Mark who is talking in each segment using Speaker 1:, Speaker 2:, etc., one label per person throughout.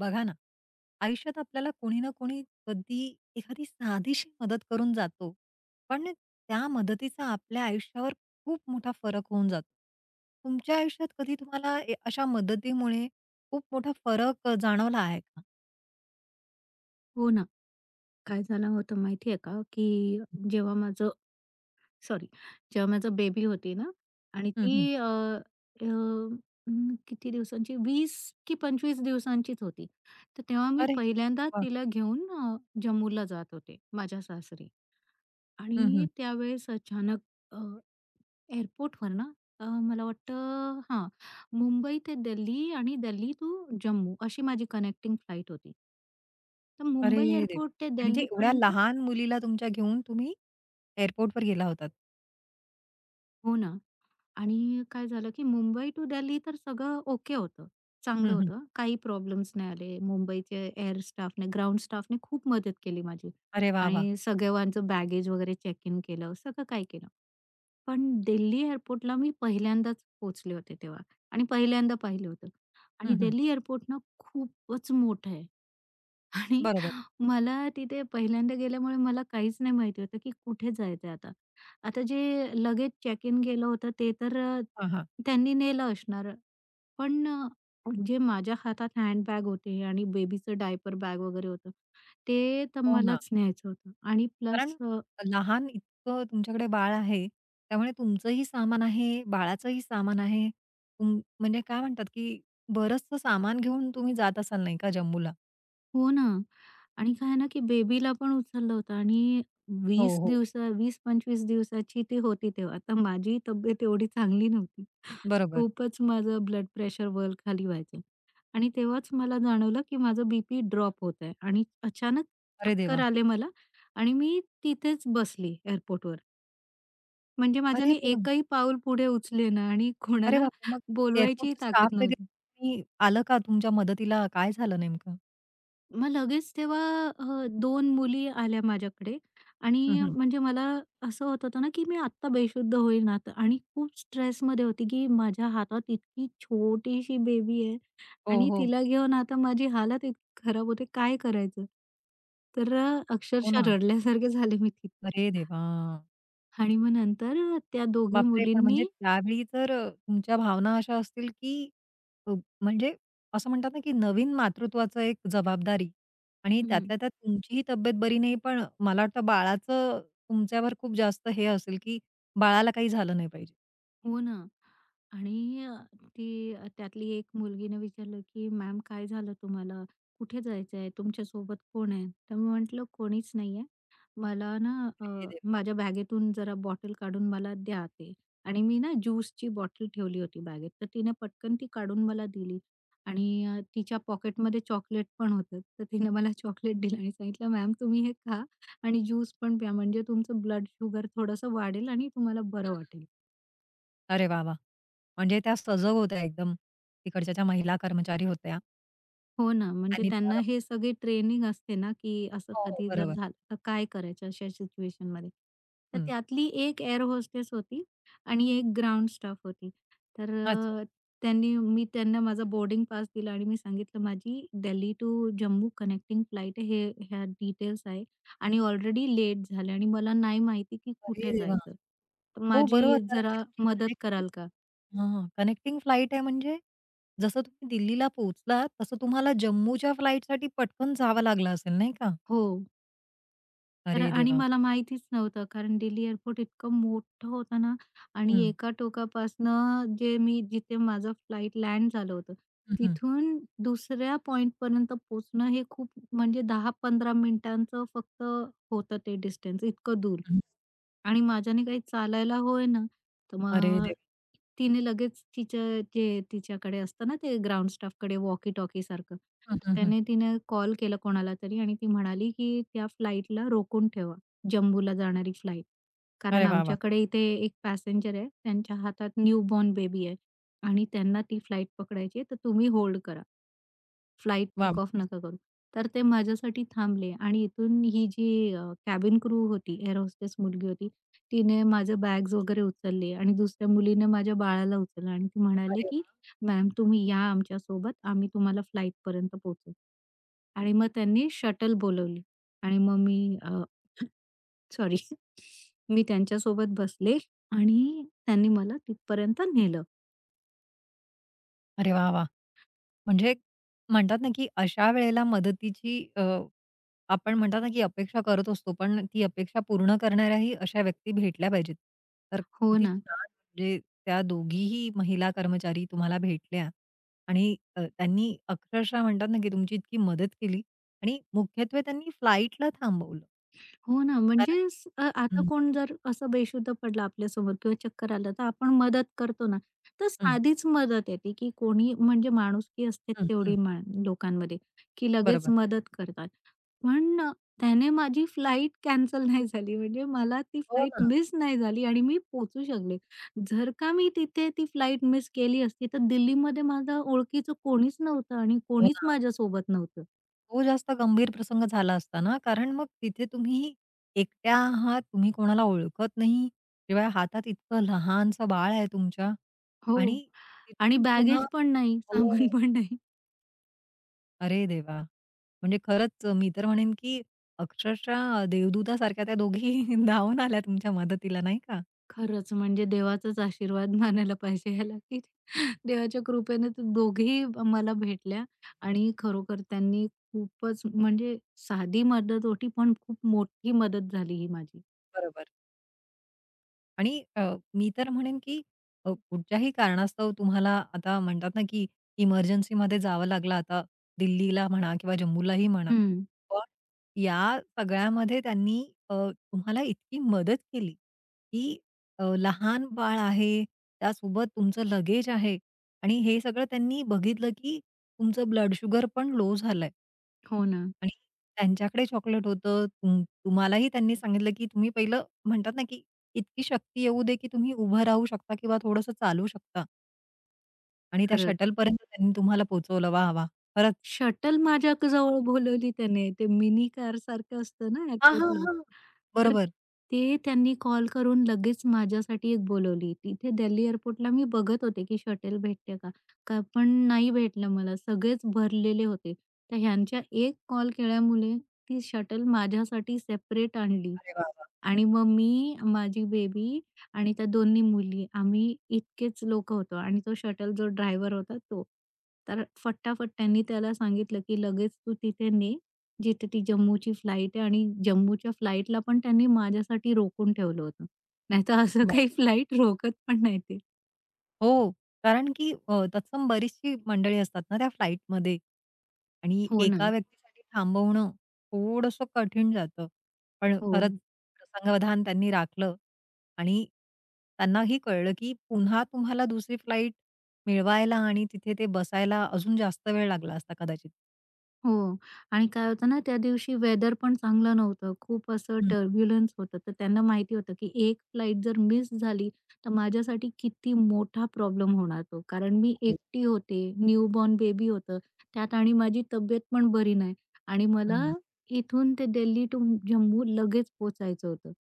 Speaker 1: बघा ना, आयुष्यात आपल्याला कोणी ना कोणी कधी एखादी साधीशी मदत करून जातो. पण त्या मदतीचा आपल्या आयुष्यावर खूप मोठा फरक होऊन जातो. तुमच्या आयुष्यात कधी तुम्हाला अशा मदतीमुळे खूप मोठा फरक जाणवला आहे का?
Speaker 2: हो ना. काय झालं होतं माहिती आहे का, की जेव्हा माझं सॉरी जेव्हा माझं बेबी होती ना आणि
Speaker 1: हं, हं.
Speaker 2: ती अ, अ, अं, किती दिवसांची 20 की 25 दिवसांचीच होती. तर तेव्हा मी
Speaker 1: अरे
Speaker 2: पहिल्यांदा
Speaker 1: वाह!
Speaker 2: तिला घेऊन जम्मूला जात होते माझ्या सासरी
Speaker 1: हं, हं.
Speaker 2: आणि त्यावेळेस अचानक अ, एअरपोर्टवर ना, मला वाटतं हां, मुंबई ते दिल्ली आणि दिल्ली टू जम्मू अशी माझी कनेक्टिंग फ्लाइट होती. तर
Speaker 1: अरे
Speaker 2: मुंबई
Speaker 1: देवा!
Speaker 2: एअरपोर्ट ते
Speaker 1: म्हणजे एवढ्या
Speaker 2: दिल्लीपर्यंत
Speaker 1: लहान मुलीला तुमच्या घेऊन तुम्ही एअरपोर्टवर गेला होतात.
Speaker 2: हो ना. आणि काय झालं, की मुंबई टू दिल्ली तर सगळं ओके होतं. चांगलं
Speaker 1: हं, हं.
Speaker 2: होतं. काही प्रॉब्लेम्स नाही आले. मुंबईचे एअर स्टाफने, ग्राउंड स्टाफने खूप मदत केली माझी
Speaker 1: अरे वाह! वाह!
Speaker 2: आणि सगळ्यांचं बॅगेज वगैरे चेक इन केलं, सगळं काय केलं. पण दिल्ली एअरपोर्टला मी पहिल्यांदाच पोहोचले होते तेव्हा आणि पहिल्यांदा पाहिलं होतं आणि
Speaker 1: हं, हं.
Speaker 2: दिल्ली एअरपोर्ट ना खूपच मोठं आहे. आणि
Speaker 1: बरोबर.
Speaker 2: मला तिथे पहिल्यांदा गेल्यामुळे मला काहीच नाही माहिती होतं, की कुठे जायचंय आता. आता जे लगेच चेक इन केलं होतं ते तर
Speaker 1: हां, हां.
Speaker 2: त्यांनी नेलं असणार. पण जे माझ्या हातात हँडबॅग होते आणि बेबीचं डायपर बॅग वगैरे होतं, ते तर
Speaker 1: हो ना.
Speaker 2: मलाच न्यायचं होतं आणि
Speaker 1: कारण
Speaker 2: प्लस
Speaker 1: लहान इतकं तुमच्याकडे बाळ आहे, त्यामुळे तुमचंही सामान आहे, बाळाचंही सामान आहे. म्हणजे काय म्हणतात, की बरचसं सामान घेऊन तुम्ही जात असाल नाही का जम्मूला?
Speaker 2: हो ना. आणि काय आहे ना, की बेबीला पण उचललं होतं आणि
Speaker 1: हो,
Speaker 2: वीस
Speaker 1: हो.
Speaker 2: दिवसा 20-25 दिवसाची ती होती तेव्हा. तर माझी तब्येत एवढी चांगली नव्हती.
Speaker 1: बरोबर.
Speaker 2: खूपच माझं ब्लड प्रेशर वर खाली व्हायचं आणि तेव्हाच मला जाणवलं, की माझं बीपी ड्रॉप होत आहे आणि अचानक
Speaker 1: अरे
Speaker 2: चक्कर
Speaker 1: देवा!
Speaker 2: आले मला आणि मी तिथेच बसली एअरपोर्टवर. म्हणजे
Speaker 1: अरे
Speaker 2: माझ्याने
Speaker 1: देवा!
Speaker 2: एकही पाऊल पुढे उचले ना आणि
Speaker 1: अरे
Speaker 2: कोणाला
Speaker 1: बापरे! मग
Speaker 2: बोलवायचीही
Speaker 1: एअरपोर्टचं स्टाफ
Speaker 2: ताकद
Speaker 1: वगैरे
Speaker 2: नव्हती.
Speaker 1: कोणी आलं का तुमच्या मदतीला? काय झालं नेमकं?
Speaker 2: मग लगेच तेव्हा 2 मुली आल्या माझ्याकडे
Speaker 1: हं,
Speaker 2: आणि
Speaker 1: हं.
Speaker 2: म्हणजे मला असं होत होतं ना, की मी आत्ता बेशुद्ध होईन आता आणि खूप स्ट्रेसमध्ये होती, की माझ्या हातात इतकी छोटीशी बेबी आहे
Speaker 1: हो,
Speaker 2: आणि
Speaker 1: हो.
Speaker 2: तिला घेऊन आता माझी हालत इतकी खराब होते, काय करायचं? तर
Speaker 1: हो
Speaker 2: अक्षरशः
Speaker 1: ना.
Speaker 2: रडल्यासारखे झाले मी तिथे
Speaker 1: अरे देवा!
Speaker 2: आणि मग नंतर त्या दोघी
Speaker 1: बापरे! पण म्हणजे
Speaker 2: मुलींनी
Speaker 1: त्यावेळी तर तुमच्या भावना अशा असतील की अ, म्हणजे असं म्हणतात ना की नवीन मातृत्वाचं एक जबाबदारी आणि त्यातल्या त्यात तुमचीही तब्येत बरी नाही, पण मला वाटतं बाळाचं तुमच्यावर खूप जास्त हे असेल की बाळाला काही झालं नाही पाहिजे.
Speaker 2: हो ना. आणि ती त्यातली एक मुलगीने विचारलं, की "मॅम काय झालं तुम्हाला? कुठे जायचंय? सोबत कोण आहे?" तर मी म्हटलं, "कोणीच नाहीये. मला ना अ,
Speaker 1: अरे देवा!
Speaker 2: माझ्या बॅगेतून जरा बॉटल काढून मला द्या ते." आणि मी ना ज्यूसची बॉटल ठेवली होती बॅगेत, तर तिने पटकन ती काढून मला दिली. आणि तिच्या पॉकेटमध्ये चॉकलेट पण होतं, तर तिने मला चॉकलेट दिलं आणि सांगितलं, "मॅम तुम्ही हे खा आणि ज्यूस पण प्या म्हणजे तुमचं ब्लड शुगर थोडंसं वाढेल आणि तुम्हाला बरं वाटेल."
Speaker 1: अरे वाह, वाह! म्हणजे त्या सजग होत्या एकदम. तिकडच्या ज्या महिला कर्मचारी होत्या,
Speaker 2: हो ना, म्हणजे
Speaker 1: त्यांनी
Speaker 2: त्यांना
Speaker 1: तुम्हाला मदत
Speaker 2: हे
Speaker 1: केली.
Speaker 2: सगळी ट्रेनिंग असते ना, की असं
Speaker 1: हो, हो.
Speaker 2: कधी जर
Speaker 1: बरोबर.
Speaker 2: झालं तर काय करायचं अशा सिच्युएशनमध्ये. तर
Speaker 1: हं.
Speaker 2: त्यातली एक एअर होस्टेस होती आणि एक ग्राउंड स्टाफ होती. तर
Speaker 1: अच्छा.
Speaker 2: अ, त्यांनी मी त्यांना माझा बोर्डिंग पास दिला आणि मी सांगितलं, "माझी Delhi to Jammu connecting flight आहे, हे ह्या डिटेल्स आहे आणि ऑलरेडी लेट झाले आणि मला नाही माहिती की
Speaker 1: अरे
Speaker 2: कुठे
Speaker 1: देवा!
Speaker 2: जायचं. तर
Speaker 1: हो, बरोबर.
Speaker 2: माझी
Speaker 1: कारण की
Speaker 2: जरा
Speaker 1: तुमची
Speaker 2: मदत
Speaker 1: कनेक्टिंग
Speaker 2: कराल का?"
Speaker 1: हां, कनेक्टिंग फ्लाइट आहे म्हणजे जसं तुम्ही दिल्लीला पोहोचलात, तसं तुम्हाला जम्मूच्या फ्लाइटसाठी पटकन जावं लागलं असेल नाही का?
Speaker 2: "हो." तर
Speaker 1: अरे
Speaker 2: आणि
Speaker 1: देवा!
Speaker 2: मला माहितीच नव्हतं कारण दिल्ली एअरपोर्ट इतकं मोठं होतं ना आणि
Speaker 1: हं.
Speaker 2: एका टोकापासनं जे मी जिथे माझं फ्लाईट लँड झालं होतं,
Speaker 1: हं, हं,
Speaker 2: तिथून दुसऱ्या पॉइंटपर्यंत पोहोचणं हे खूप म्हणजे 10-15 मिनिटांचं फक्त होतं ते डिस्टन्स, इतकं दूर.
Speaker 1: हं.
Speaker 2: आणि माझ्याने काही चालायला होईना, तर
Speaker 1: अरे
Speaker 2: मग
Speaker 1: देवा!
Speaker 2: तिने लगेच तिचं जे तिच्याकडे असतं ना ते ग्राउंड स्टाफकडे वॉकी टॉकी सारखं,
Speaker 1: हं,
Speaker 2: तर
Speaker 1: हं, हं.
Speaker 2: त्याने तिने कॉल केला कोणाला तरी आणि ती म्हणाली, की "त्या फ्लाइटला रोखून ठेवा, जम्बूला जाणारी फ्लाइट.
Speaker 1: अरे
Speaker 2: कारण
Speaker 1: वाह, वाह!
Speaker 2: आमच्याकडे इथे एक पॅसेंजर आहे, त्यांच्या हातात न्यूबॉर्न बेबी आहे आणि त्यांना ती फ्लाइट पकडायची आहे, तर तुम्ही होल्ड करा. फ्लाइट
Speaker 1: वाह!
Speaker 2: टेक ऑफ
Speaker 1: किती छान.
Speaker 2: नका करू." तर ते माझ्यासाठी थांबले आणि इथून ही जी कॅबिन क्रू होती, एअर होस्टेस मुलगी होती. तिने माझं बॅग्स वगैरे उचलली आणि दुसऱ्या मुलीने माझ्या बाळाला उचललं आणि ती म्हणाली,
Speaker 1: अरे
Speaker 2: की
Speaker 1: वाह!
Speaker 2: "मॅम तुम्ही या आमच्यासोबत, आम्ही तुम्हाला फ्लाइटपर्यंत पोहोचवू." आणि मग त्यांनी शटल बोलावली आणि मग मी अ, सॉरी मी त्यांच्यासोबत बसले आणि त्यांनी मला तिथपर्यंत नेलं.
Speaker 1: अरे वाह, वाह! म्हणजे म्हणतात ना, की अशा वेळेला मदतीची आपण म्हणतात ना, की अपेक्षा करत असतो, पण ती अपेक्षा पूर्ण करणाऱ्याही अशा व्यक्ती भेटल्या पाहिजेत. तर
Speaker 2: हो
Speaker 1: किती
Speaker 2: ना.
Speaker 1: छान म्हणजे त्या दोघीही महिला कर्मचारी तुम्हाला भेटल्या आणि त्यांनी अक्षरशः म्हणतात ना, की तुमची इतकी मदत केली आणि मुख्यत्वे त्यांनी फ्लाइटला थांबवलं.
Speaker 2: हो ना,
Speaker 1: कारण
Speaker 2: म्हणजे स अ, आता
Speaker 1: हं,
Speaker 2: कोण जर असं बेशुद्ध पडलं आपल्यासमोर किंवा चक्कर आलं, तर आपण मदत करतो ना, तर
Speaker 1: हं,
Speaker 2: साधीच मदत आहे की कोणी म्हणजे माणुसकी असते
Speaker 1: हं,
Speaker 2: तेवढी
Speaker 1: हं.
Speaker 2: मा लोकांमध्ये, की लगेच
Speaker 1: बरोबर.
Speaker 2: मदत करतात. पण त्याने माझी फ्लाइट कॅन्सल नाही झाली, म्हणजे मला ती
Speaker 1: हो
Speaker 2: फ्लाइट
Speaker 1: ना,
Speaker 2: मिस नाही झाली आणि मी पोहोचू शकले. जर का मी तिथे ती फ्लाइट मिस केली असती, तर दिल्लीमध्ये माझं ओळखीचं कोणीच नव्हतं आणि
Speaker 1: हो
Speaker 2: कोणीच
Speaker 1: ना.
Speaker 2: माझ्यासोबत नव्हतं.
Speaker 1: तो जास्त गंभीर प्रसंग झाला असता ना, कारण मग तिथे तुम्ही एकट्या आहात, तुम्ही कोणाला ओळखत नाही, शिवाय हातात इतकं लहानसं बाळ आहे तुमच्या
Speaker 2: हो
Speaker 1: आणि
Speaker 2: आणि
Speaker 1: तिथून पुन्हा
Speaker 2: बॅगेज पण नाही, सामान
Speaker 1: हो.
Speaker 2: पण नाही.
Speaker 1: अरे देवा! म्हणजे खरंच मी तर म्हणेन, की अक्षरशः देवदूतासारख्या त्या दोघी धावून आल्या तुमच्या मदतीला, नाही का?
Speaker 2: खरंच म्हणजे देवाचाच आशीर्वाद मानायला पाहिजे ह्याला, की देवाच्या कृपेने तर दोघेही मला भेटल्या आणि खरोखर त्यांनी खूपच म्हणजे साधी मदत होती, पण खूप मोठी मदत झाली ही माझी.
Speaker 1: बरोबर. आणि मी तर म्हणेन, की कुठच्याही कारणास्तव तुम्हाला आता म्हणतात ना, की इमर्जन्सीमध्ये जावं लागलं आता दिल्लीला म्हणा किंवा जम्मूलाही म्हणा.
Speaker 2: हं.
Speaker 1: पण या सगळ्यामध्ये त्यांनी तुम्हाला इतकी मदत केली, की लहान बाळ आहे, त्यासोबत तुमचं लगेज आहे आणि हे सगळं त्यांनी बघितलं, की तुमचं ब्लड शुगर पण लो झालंय.
Speaker 2: हो ना.
Speaker 1: आणि त्यांच्याकडे चॉकलेट होतं. तुम्हालाही त्यांनी सांगितलं, की तुम्ही पहिलं म्हणतात ना, की इतकी शक्ती येऊ दे, की तुम्ही उभं राहू शकता किंवा थोडंसं चालू शकता आणि त्या
Speaker 2: खरंच.
Speaker 1: शटलपर्यंत त्यांनी तुम्हाला पोहोचवलं. वाह! वाह! खरंच.
Speaker 2: शटल माझ्या क जवळ बोलवली त्याने. ते मिनी कारसारखं असतं ना
Speaker 1: हां, हां,
Speaker 2: एअरपोर्टला.
Speaker 1: हां.
Speaker 2: तर
Speaker 1: बरोबर.
Speaker 2: ते त्यांनी कॉल करून लगेच माझ्यासाठी एक बोलवली. तिथे दिल्ली एअरपोर्टला मी बघत होते, की शटल भेटते का? का पण नाही भेटलं मला. सगळेच भरलेले होते. तर ह्यांच्या एक कॉल केल्यामुळे ती शटल माझ्यासाठी सेपरेट आणली.
Speaker 1: अरे वाह! वाह!
Speaker 2: आणि मग मी, माझी बेबी आणि त्या दोन्ही मुली आम्ही इतकेच लोकं होतो आणि तो शटल जो ड्रायव्हर होता तो. तर फटाफट त्यांनी त्याला सांगितलं, की लगेच तू तिथे ने, जिथे ती जम्मूची फ्लाइट आहे आणि जम्मूच्या फ्लाइटला पण त्यांनी माझ्यासाठी रोखून ठेवलं होतं. नाहीतर असं काही फ्लाइट रोकत पण नाही ते.
Speaker 1: हो, कारण की तत्सम बरीचशी मंडळी असतात ना त्या फ्लाइटमध्ये आणि
Speaker 2: हो ना.
Speaker 1: एका व्यक्तीसाठी थांबवणं थोडंसं कठीण जातं. पण
Speaker 2: हो.
Speaker 1: खरंच प्रसंगावधान त्यांनी राखलं आणि त्यांनाही कळलं, की पुन्हा तुम्हाला दुसरी फ्लाइट मिळवायला आणि तिथे ते बसायला अजून जास्त वेळ लागला असता कदाचित.
Speaker 2: हो. आणि काय होतं ना, त्या दिवशी वेदर पण चांगलं नव्हतं. खूप असं
Speaker 1: हं.
Speaker 2: टर्ब्युलन्स होतं. तर त्यांना माहिती होतं, की एक फ्लाइट जर मिस झाली, तर माझ्यासाठी किती मोठा प्रॉब्लेम होणार तो. कारण मी एकटी होते, न्यूबॉर्न बेबी होतं त्यात आणि माझी तब्येत पण बरी नाही आणि मला
Speaker 1: हं.
Speaker 2: इथून ते दिल्ली टू जम्मू लगेच पोहोचायचं होतं.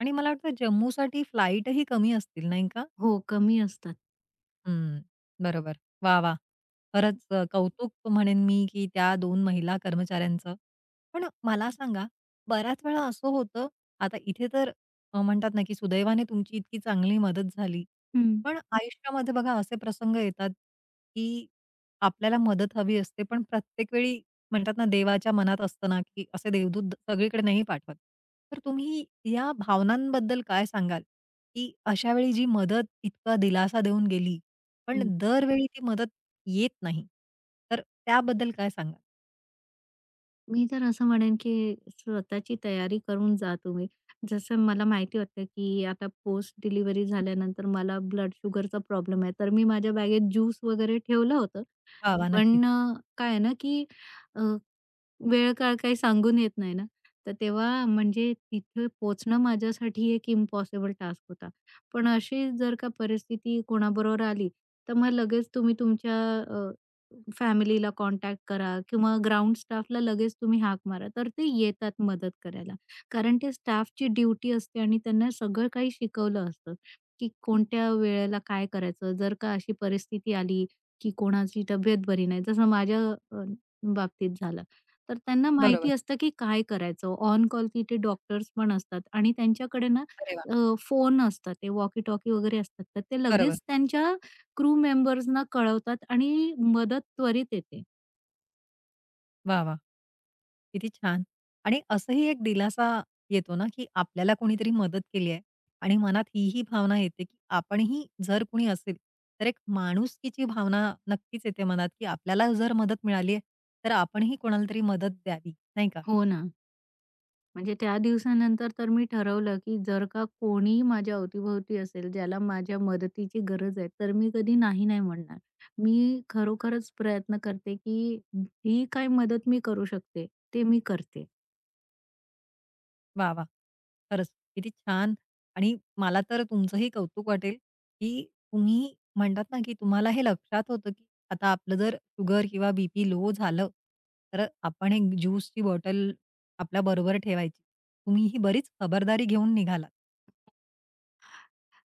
Speaker 1: आणि मला वाटतं जम्मूसाठी फ्लाइटही कमी असतील, नाही का?
Speaker 2: हो, कमी असतात.
Speaker 1: हं, बरोबर. वाह! वाह! खरंच कौतुक म्हणेन मी, की त्या दोन महिला कर्मचाऱ्यांचं. पण मला सांगा, बऱ्याच वेळा असं होतं, आता इथे तर म्हणतात ना, की सुदैवाने तुमची इतकी चांगली मदत झाली. पण आयुष्यामध्ये बघा असे प्रसंग येतात, की आपल्याला मदत हवी असते, पण प्रत्येक वेळी म्हणतात ना, देवाच्या मनात असतं ना, की असे देवदूत सगळीकडे नाही पाठवत. तर तुम्ही या भावनांबद्दल काय सांगाल, की अशा वेळी जी मदत इतका दिलासा देऊन गेली, पण
Speaker 2: हं.
Speaker 1: दरवेळी ती मदत येत नाही. तर त्याबद्दल काय सांगाल?
Speaker 2: मी तर असं म्हणेन, की स्वतःची तयारी करून जा तुम्ही. जसं मला माहिती होतं, की आता पोस्ट डिलिव्हरी झाल्यानंतर मला ब्लड शुगरचा प्रॉब्लेम आहे. तर मी माझ्या बॅगेत ज्यूस वगैरे ठेवलं होतं.
Speaker 1: वाह! वाह! नक्कीच.
Speaker 2: पण काय आहे ना, की वेळ काळ काही सांगून येत नाही ना, तर तेव्हा म्हणजे तिथे पोहोचणं माझ्यासाठी एक इम्पॉसिबल टास्क होता. पण अशी जर का परिस्थिती कोणाबरोबर आली, तर मग लगेच तुम्ही तुमच्या अ, फॅमिलीला कॉन्टॅक्ट करा किंवा ग्राउंड स्टाफला लगेच तुम्ही हाक मारा, तर ते येतात मदत करायला. कारण ते स्टाफची ड्युटी असते आणि त्यांना सगळं काही शिकवलं असतं, की कोणत्या वेळेला काय करायचं. जर का अशी परिस्थिती आली, की कोणाची तब्येत बरी नाही, जसं माझ्या अ, बाबतीत झालं. तर त्यांना
Speaker 1: बरोबर.
Speaker 2: माहिती असतं की काय करायचं. ऑन कॉल तिथे डॉक्टर्स पण असतात आणि त्यांच्याकडे ना
Speaker 1: अरे वाह!
Speaker 2: अ, फोन असतात, ते वॉकी-टॉकी वगैरे असतात. तर ते
Speaker 1: बरोबर.
Speaker 2: लगेच त्यांच्या क्रू मेंबर्सना कळवतात आणि मदत त्वरित येते.
Speaker 1: वाह! वाह! किती छान. आणि असंही एक दिलासा येतो ना, की आपल्याला कोणीतरी मदत केली आहे आणि मनात हीही भावना येते, की आपणही जर कुणी असेल, तर एक माणुसकीची भावना नक्कीच येते मनात, की आपल्याला जर मदत मिळाली आहे, तर आपणही कोणाला तरी मदत द्यावी, नाही का?
Speaker 2: हो ना. म्हणजे त्या दिवसानंतर तर मी ठरवलं, की जर का कोणीही माझ्या अवतीभोवती असेल, ज्याला माझ्या मदतीची गरज आहे, तर मी कधी नाही, नाही म्हणणार. मी खरोखरच प्रयत्न करते, की ही काय मदत मी करू शकते, ते मी करते.
Speaker 1: वाह, वाह! खरंच किती छान आणि मला तर तुमचंही कौतुक वाटेल, की तुम्ही म्हणतात ना, की तुम्हाला हे लक्षात होतं, की आता आपलं जर शुगर किंवा बीपी लो झालं, तर आपण एक ज्यूसची बॉटल आपल्या बरोबर ठेवायची. तुम्ही ही बरीच खबरदारी घेऊन निघालात.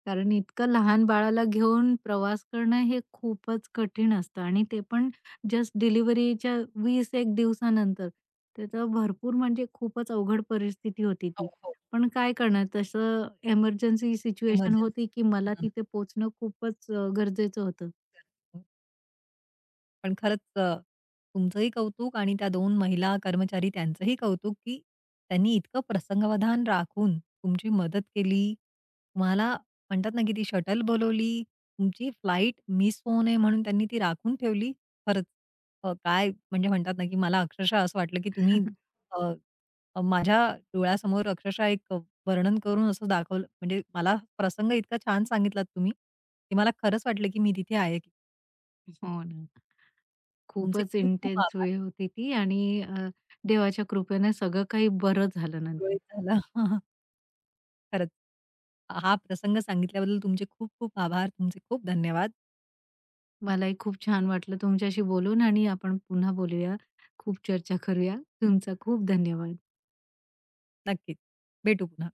Speaker 2: कारण इतकं लहान बाळाला घेऊन प्रवास करणं हे खूपच कठीण असतं आणि ते पण जस्ट डिलिव्हरीच्या 20-1 दिवसानंतर. त्याचं भरपूर म्हणजे खूपच अवघड परिस्थिती होती
Speaker 1: हो,
Speaker 2: ती.
Speaker 1: हो.
Speaker 2: पण काय करणार तसं एमर्जन्सी सिच्युएशन
Speaker 1: इमर्जन्सी.
Speaker 2: होती, की मला तिथे पोहोचणं खूपच गरजेचं होतं.
Speaker 1: पण खरंच तुमचंही कौतुक आणि त्या 2 महिला कर्मचारी त्यांचंही कौतुक, की त्यांनी इतकं प्रसंगावधान राखून तुमची मदत केली. तुम्हाला म्हणतात ना, की ती शटल बोलवली. तुमची फ्लाइट मिस होऊ नये म्हणून त्यांनी ती राखून ठेवली. खरंच काय म्हणजे म्हणतात ना, की मला अक्षरशः असं वाटलं, की तुम्ही अ, अ, माझ्या डोळ्यासमोर अक्षरशः एक वर्णन करून असं दाखवलं म्हणजे मला प्रसंग इतका छान सांगितलात तुम्ही, की मला खरंच वाटलं, की मी तिथे आहे.
Speaker 2: हो ना.
Speaker 1: तुमचे
Speaker 2: खूपच
Speaker 1: खूप खूप
Speaker 2: इंटेन्स
Speaker 1: आभार.
Speaker 2: वेळ होती ती आणि अ, देवाच्या कृपेने सगळं काही बरं झालं नंतर.
Speaker 1: सुरळीत झाला. हां, हां. खरंच. हा प्रसंग सांगितल्याबद्दल तुमचे खूप खूप आभार. तुमचे खूप धन्यवाद.
Speaker 2: मलाही खूप छान वाटलं तुमच्याशी बोलून आणि आपण पुन्हा बोलूया. खूप चर्चा करूया. तुमचा खूप धन्यवाद.
Speaker 1: नक्कीच. भेटू पुन्हा.